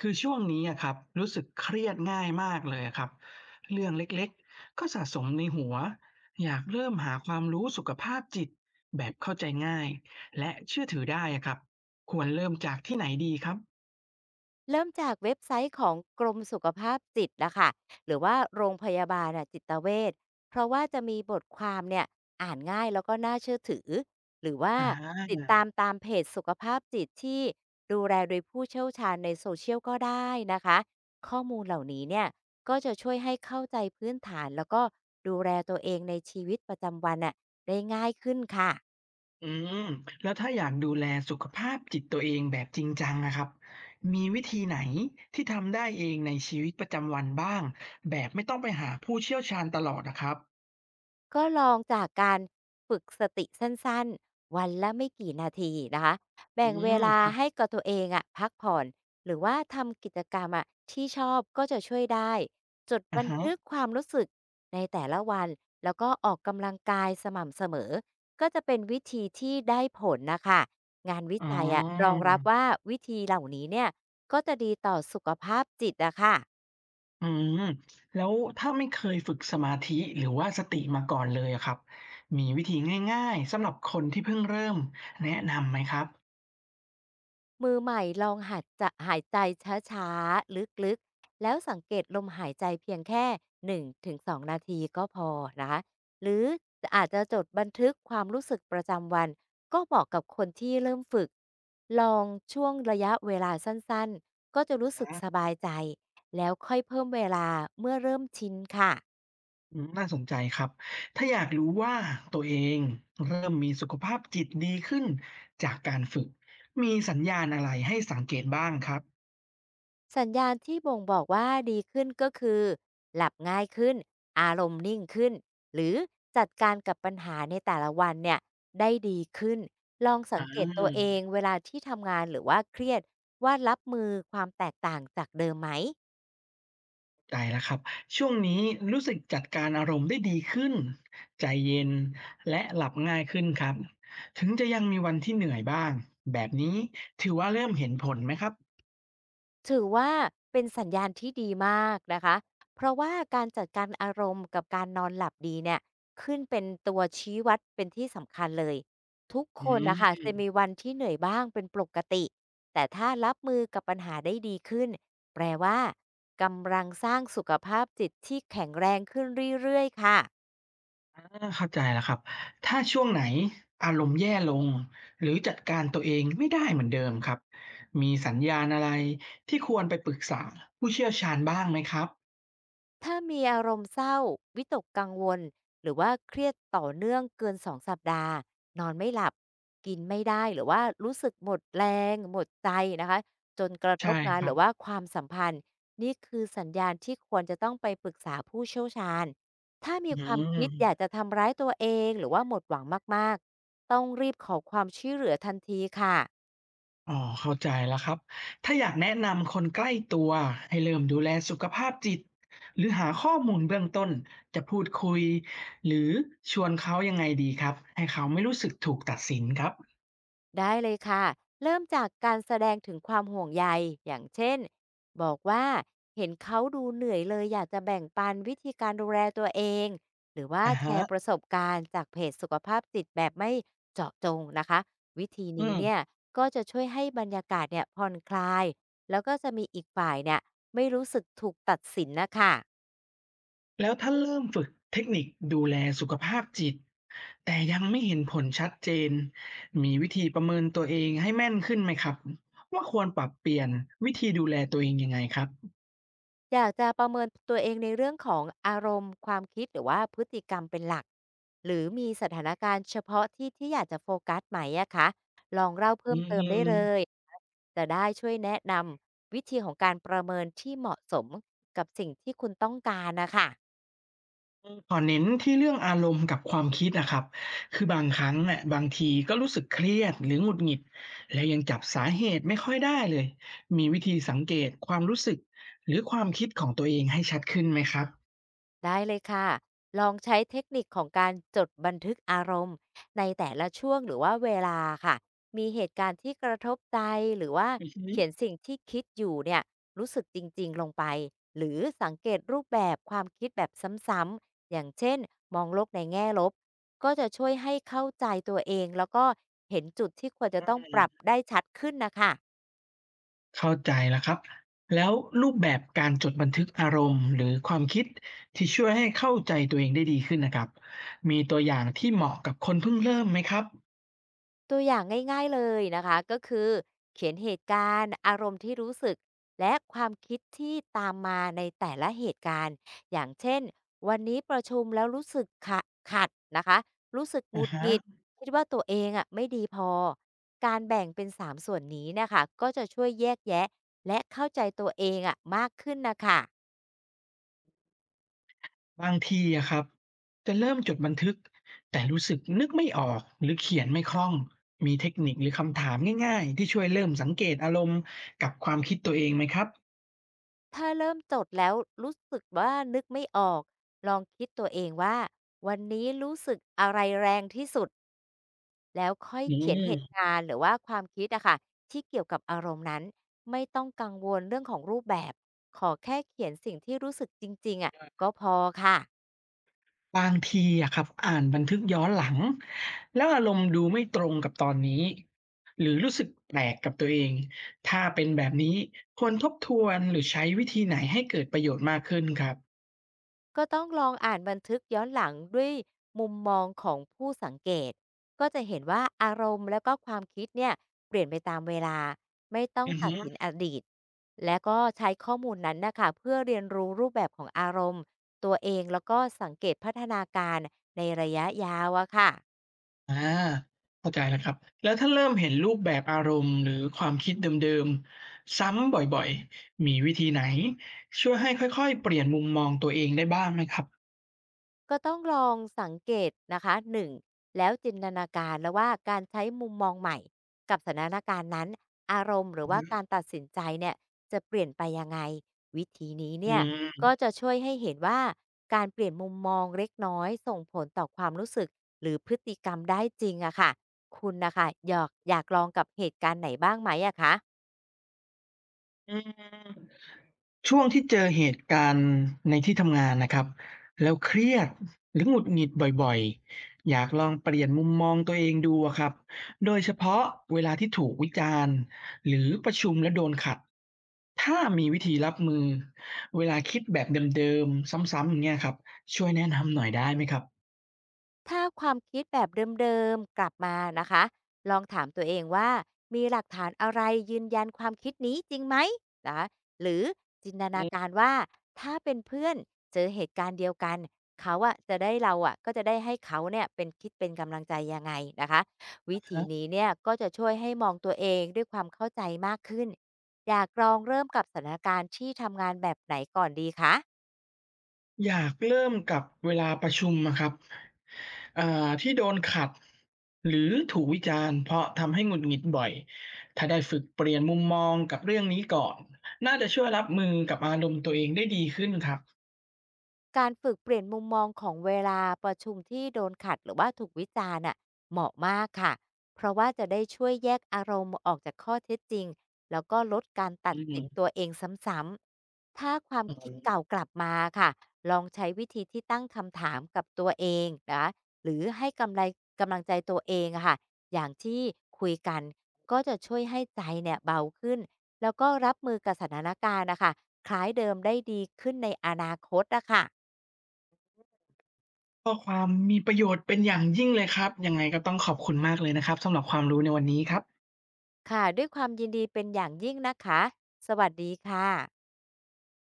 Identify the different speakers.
Speaker 1: คือช่วงนี้อะครับรู้สึกเครียดง่ายมากเลยอะครับเรื่องเล็กๆก็สะสมในหัวอยากเริ่มหาความรู้สุขภาพจิตแบบเข้าใจง่ายและเชื่อถือได้อะครับควรเริ่มจากที่ไหนดีครับ
Speaker 2: เริ่มจากเว็บไซต์ของกรมสุขภาพจิตนะคะหรือว่าโรงพยาบาลน่ะจิตเวชเพราะว่าจะมีบทความเนี่ยอ่านง่ายแล้วก็น่าเชื่อถือหรือว่า
Speaker 1: อ่
Speaker 2: ติด
Speaker 1: า
Speaker 2: ตามตามเพจสุขภาพจิตที่ดูแลโดยผู้เชี่ยวชาญในโซเชียลก็ได้นะคะข้อมูลเหล่านี้เนี่ยก็จะช่วยให้เข้าใจพื้นฐานแล้วก็ดูแลตัวเองในชีวิตประจำวันน่ะได้ง่ายขึ้นค่ะ
Speaker 1: อืมแล้วถ้าอยากดูแลสุขภาพจิตตัวเองแบบจริงจังนะครับมีวิธีไหนที่ทำได้เองในชีวิตประจำวันบ้างแบบไม่ต้องไปหาผู้เชี่ยวชาญตลอดนะครับ
Speaker 2: ก็ลองจากการฝึกสติสั้นๆวันละไม่กี่นาทีนะคะ
Speaker 1: อื
Speaker 2: แบ่งเว
Speaker 1: ม
Speaker 2: ลา
Speaker 1: ครับ
Speaker 2: ให้กับตัวเองอะพักผ่อนหรือว่าทำกิจกรรมอะที่ชอบก็จะช่วยได้จด
Speaker 1: อ่า
Speaker 2: บัน
Speaker 1: ฮะ
Speaker 2: ทึกความรู้สึกในแต่ละวันแล้วก็ออกกำลังกายสม่ำเสมอก็จะเป็นวิธีที่ได้ผลนะคะงานวิ
Speaker 1: อ๋อ
Speaker 2: จัยอะรองรับว่าวิธีเหล่านี้เนี่ยก็จะดีต่อสุขภาพจิตอะค่ะ
Speaker 1: อืมแล้วถ้าไม่เคยฝึกสมาธิหรือว่าสติมาก่อนเลยอะครับมีวิธีง่ายๆสำหรับคนที่เพิ่งเริ่มแนะนำไหมครับ
Speaker 2: มือใหม่ลองหัดจะหายใจช้าๆลึกๆแล้วสังเกตลมหายใจเพียงแค่1-2นงถึงสองนาทีก็พอนะคะหรืออาจจะจดบันทึกความรู้สึกประจำวันก็บอกกับคนที่เริ่มฝึกลองช่วงระยะเวลาสั้นๆก็จะรู้สึกส
Speaker 1: อ่า
Speaker 2: บายใจแล้วค่อยเพิ่มเวลาเมื่อเริ่มชินค่ะ
Speaker 1: น่าสนใจครับถ้าอยากรู้ว่าตัวเองเริ่มมีสุขภาพจิตดีขึ้นจากการฝึกมีสัญญาณอะไรให้สังเกตบ้างครับ
Speaker 2: สัญญาณที่บ่งบอกว่าดีขึ้นก็คือหลับง่ายขึ้นอารมณ์นิ่งขึ้นหรือจัดการกับปัญหาในแต่ละวันเนี่ยได้ดีขึ้นลองสั
Speaker 1: อ่า
Speaker 2: งเกตตัวเองเวลาที่ทำงานหรือว่าเครียดว่ารับมือความแตกต่างจากเดิมไหม
Speaker 1: ใจแล้วครับช่วงนี้รู้สึกจัดการอารมณ์ได้ดีขึ้นใจเย็นและหลับง่ายขึ้นครับถึงจะยังมีวันที่เหนื่อยบ้างแบบนี้ถือว่าเริ่มเห็นผลไหมครับ
Speaker 2: ถือว่าเป็นสัญญาณที่ดีมากนะคะ เพราะว่าการจัดการอารมณ์กับการนอนหลับดีเนี่ยขึ้นเป็นตัวชี้วัดเป็นที่สำคัญเลยทุก
Speaker 1: อื
Speaker 2: คนนะคะ
Speaker 1: ม
Speaker 2: จะมีวันที่เหนื่อยบ้างเป็นปกติแต่ถ้ารับมือกับปัญหาได้ดีขึ้นแปลว่ากำลังสร้างสุขภาพจิตที่แข็งแรงขึ้นเรื่อยๆค่ะ
Speaker 1: เข้าใจแล้วครับถ้าช่วงไหนอารมณ์แย่ลงหรือจัดการตัวเองไม่ได้เหมือนเดิมครับมีสัญญาณอะไรที่ควรไปปรึกษาผู้เชี่ยวชาญบ้างไหมครับ
Speaker 2: ถ้ามีอารมณ์เศร้าวิตกกังวลหรือว่าเครียดต่อเนื่องเกินสองสัปดาห์นอนไม่หลับกินไม่ได้หรือว่ารู้สึกหมดแรงหมดใจนะคะจนกระท
Speaker 1: ใช่
Speaker 2: บงา
Speaker 1: ค
Speaker 2: น
Speaker 1: รั
Speaker 2: หรื
Speaker 1: บ
Speaker 2: อว่าความสัมพันธ์นี่คือสัญญาณที่ควรจะต้องไปปรึกษาผู้เชี่ยวชาญถ้ามี
Speaker 1: อื
Speaker 2: ความคิดอยากจะ
Speaker 1: ม
Speaker 2: ทำร้ายตัวเองหรือว่าหมดหวังมากๆต้องรีบขอความช่วยเหลือทันทีค่ะ
Speaker 1: อ๋อเข้าใจแล้วครับถ้าอยากแนะนำคนใกล้ตัวให้เริ่มดูแลสุขภาพจิตหรือหาข้อมูลเบื้องต้นจะพูดคุยหรือชวนเขายังไงดีครับให้เขาไม่รู้สึกถูกตัดสินครับ
Speaker 2: ได้เลยค่ะ เริ่มจากการแสดงถึงความห่วงใยอย่างเช่น บอกว่าเห็นเขาดูเหนื่อยเลยอยากจะแบ่งปันวิธีการดูแลตัวเอง หรือว่า
Speaker 1: อา
Speaker 2: แช
Speaker 1: ฮะ
Speaker 2: ร์ประสบการณ์จากเพจสุขภาพจิตแบบไม่เจาะจงนะคะ วิธี
Speaker 1: อื
Speaker 2: นี้
Speaker 1: ม
Speaker 2: เนี่ยก็จะช่วยให้บรรยากาศเนี่ยผ่อนคลาย แล้วก็จะมีอีกฝ่ายเนี่ยไม่รู้สึกถูกตัดสินนะคะ
Speaker 1: แล้วถ้าเริ่มฝึกเทคนิคดูแลสุขภาพจิตแต่ยังไม่เห็นผลชัดเจนมีวิธีประเมินตัวเองให้แม่นขึ้นไหมครับว่าควรปรับเปลี่ยนวิธีดูแลตัวเองยังไงครับ
Speaker 2: อยากจะประเมินตัวเองในเรื่องของอารมณ์ความคิดหรือว่าพฤติกรรมเป็นหลักหรือมีสถานการณ์เฉพาะที่ที่อยากจะโฟกัสไหมอะคะลองเล่า
Speaker 1: อื
Speaker 2: เพิ่มเติมได้เลย
Speaker 1: ม
Speaker 2: จะได้ช่วยแนะนำวิธีของการประเมินที่เหมาะสมกับสิ่งที่คุณต้องการนะคะ
Speaker 1: ขอเน้นที่เรื่องอารมณ์กับความคิดนะครับคือบางครั้งน่ะบางทีก็รู้สึกเครียดหรือหงุดหงิดแล้วยังจับสาเหตุไม่ค่อยได้เลยมีวิธีสังเกตความรู้สึกหรือความคิดของตัวเองให้ชัดขึ้นไหมครับ
Speaker 2: ได้เลยค่ะ ลองใช้เทคนิคของการจดบันทึกอารมณ์ในแต่ละช่วงหรือว่าเวลาค่ะ มีเหตุการณ์ที่กระทบใจหรือว่า
Speaker 1: อือฮึ
Speaker 2: เขียนสิ่งที่คิดอยู่เนี่ยรู้สึกจริงๆลงไปหรือสังเกตรูปแบบความคิดแบบซ้ำๆอย่างเช่นมองโลกในแง่ลบก็จะช่วยให้เข้าใจตัวเองแล้วก็เห็นจุดที่ควรจะต้องปรับได้ชัดขึ้นนะคะ
Speaker 1: เข้าใจแล้วครับแล้วรูปแบบการจดบันทึกอารมณ์หรือความคิดที่ช่วยให้เข้าใจตัวเองได้ดีขึ้นนะครับมีตัวอย่างที่เหมาะกับคนเพิ่งเริ่มไหมครับ
Speaker 2: ตัวอย่างง่ายๆเลยนะคะก็คือเขียนเหตุการณ์อารมณ์ที่รู้สึกและความคิดที่ตามมาในแต่ละเหตุการณ์อย่างเช่นวันนี้ประชุมแล้วรู้สึกขะขัดนะคะรู้สึกห
Speaker 1: อะ
Speaker 2: งุด
Speaker 1: ฮะ
Speaker 2: หงิดคิดว่าตัวเองอ่ะไม่ดีพอการแบ่งเป็น3ส่วนนี้นะคะก็จะช่วยแยกแยะและเข้าใจตัวเองอ่ะมากขึ้นนะคะ
Speaker 1: บางทีอะครับจะเริ่มจดบันทึกแต่รู้สึกนึกไม่ออกหรือเขียนไม่คล่องมีเทคนิคหรือคำถามง่ายๆที่ช่วยเริ่มสังเกตอารมณ์กับความคิดตัวเองไหมครับ
Speaker 2: ถ้าเริ่มจดแล้วรู้สึกว่านึกไม่ออกลองคิดตัวเองว่าวันนี้รู้สึกอะไรแรงที่สุด แล้วค่อย
Speaker 1: อื
Speaker 2: เขียนเหตุ
Speaker 1: ม
Speaker 2: การณ์หรือว่าความคิดอะค่ะที่เกี่ยวกับอารมณ์นั้นไม่ต้องกังวลเรื่องของรูปแบบขอแค่เขียนสิ่งที่รู้สึกจริงๆอะก็พอค่ะ
Speaker 1: บางทีอะครับอ่านบันทึกย้อนหลังแล้วอารมณ์ดูไม่ตรงกับตอนนี้หรือรู้สึกแปลกกับตัวเองถ้าเป็นแบบนี้ควรทบทวนหรือใช้วิธีไหนให้เกิดประโยชน์มากขึ้นครับ
Speaker 2: ก็ต้องลองอ่านบันทึกย้อนหลังด้วยมุมมองของผู้สังเกตก็จะเห็นว่าอารมณ์แล้วก็ความคิดเนี่ยเปลี่ยนไปตามเวลาไม่ต้อง
Speaker 1: อือ
Speaker 2: ตัด
Speaker 1: ฮึ
Speaker 2: สินอดีตและก็ใช้ข้อมูลนั้นนะคะเพื่อเรียนรู้รูปแบบของอารมณ์ตัวเองแล้วก็สังเกตพัฒนาการในระยะยาวอะค่ะ
Speaker 1: อาเข้าใจแล้วครับแล้วถ้าเริ่มเห็นรูปแบบอารมณ์หรือความคิดเดิมๆซ้ำบ่อยๆมีวิธีไหนช่วยให้ค่อยๆเปลี่ยนมุมมองตัวเองได้บ้างไหมครับ
Speaker 2: ก็ต้องลองสังเกตนะคะ 1. แล้วจินตนาการแล้วว่าการใช้มุมมองใหม่กับสถานการณ์นั้นอารมณ์หรือว่า
Speaker 1: อือ
Speaker 2: การตัดสินใจเนี่ยจะเปลี่ยนไปยังไงวิธีนี้
Speaker 1: อื
Speaker 2: เนี่ย
Speaker 1: ม
Speaker 2: ก็จะช่วยให้เห็นว่าการเปลี่ยนมุมมองเล็กน้อยส่งผลต่อความรู้สึกหรือพฤติกรรมได้จริงอะค่ะคุณนะคะอยากลองกับเหตุการณ์ไหนบ้างไหมอะคะ
Speaker 1: อืม ช่วงที่เจอเหตุการณ์ในที่ทำงานนะครับแล้วเครียดหรือหงุดหงิดบ่อยๆอยากลองเปลี่ยนมุมมองตัวเองดูอะครับโดยเฉพาะเวลาที่ถูกวิจารณ์หรือประชุมแล้วโดนขัดถ้ามีวิธีรับมือเวลาคิดแบบเดิมๆซ้ำๆอย่างเงี้ยครับช่วยแนะนำหน่อยได้ไหมครับ
Speaker 2: ถ้าความคิดแบบเดิมๆกลับมานะคะลองถามตัวเองว่ามีหลักฐานอะไรยืนยันความคิดนี้จริงไหมนะคะหรือจินตนาการว่าถ้าเป็นเพื่อนเจอเหตุการณ์เดียวกันเขาอะจะได้เราอะก็จะได้ให้เขาเนี่ยเป็นคิดเป็นกำลังใจยังไงนะคะวิธีนี้เนี่ยก็จะช่วยให้มองตัวเองด้วยความเข้าใจมากขึ้นอยากลองเริ่มกับสถานการณ์ที่ทำงานแบบไหนก่อนดีคะ
Speaker 1: อยากเริ่มกับเวลาประชุมอะครับเอ่ที่โดนขัดหรือถูกวิจารณ์เพราะทำให้หงุดหงิดบ่อยถ้าได้ฝึกเปลี่ยนมุมมองกับเรื่องนี้ก่อนน่าจะช่วยรับมือกับอารมณ์ตัวเองได้ดีขึ้นครับ
Speaker 2: การฝึกเปลี่ยนมุมมองของเวลาประชุมที่โดนขัดหรือว่าถูกวิจารณ์น่ะเหมาะมากค่ะเพราะว่าจะได้ช่วยแยกอารมณ์ออกจากข้อเท็จจริงแล้วก็ลดการตั
Speaker 1: อื
Speaker 2: ดสินตั
Speaker 1: ม
Speaker 2: วเองซ้ำๆถ้าความ
Speaker 1: อ๋
Speaker 2: คิด
Speaker 1: อ
Speaker 2: เก่ากลับมาค่ะลองใช้วิธีที่ตั้งคำถามกับตัวเองนะหรือให้กำไรกำลังใจตัวเองอะค่ะอย่างที่คุยกันก็จะช่วยให้ใจเนี่ยเบาขึ้นแล้วก็รับมือกับสถานการณ์นะคะคล้ายเดิมได้ดีขึ้นในอนาคตนะคะ
Speaker 1: ข้อความมีประโยชน์เป็นอย่างยิ่งเลยครับยังไงก็ต้องขอบคุณมากเลยนะครับสำหรับความรู้ในวันนี้ครับ
Speaker 2: ค่ะด้วยความยินดีเป็นอย่างยิ่งนะคะสวัสดีค่ะ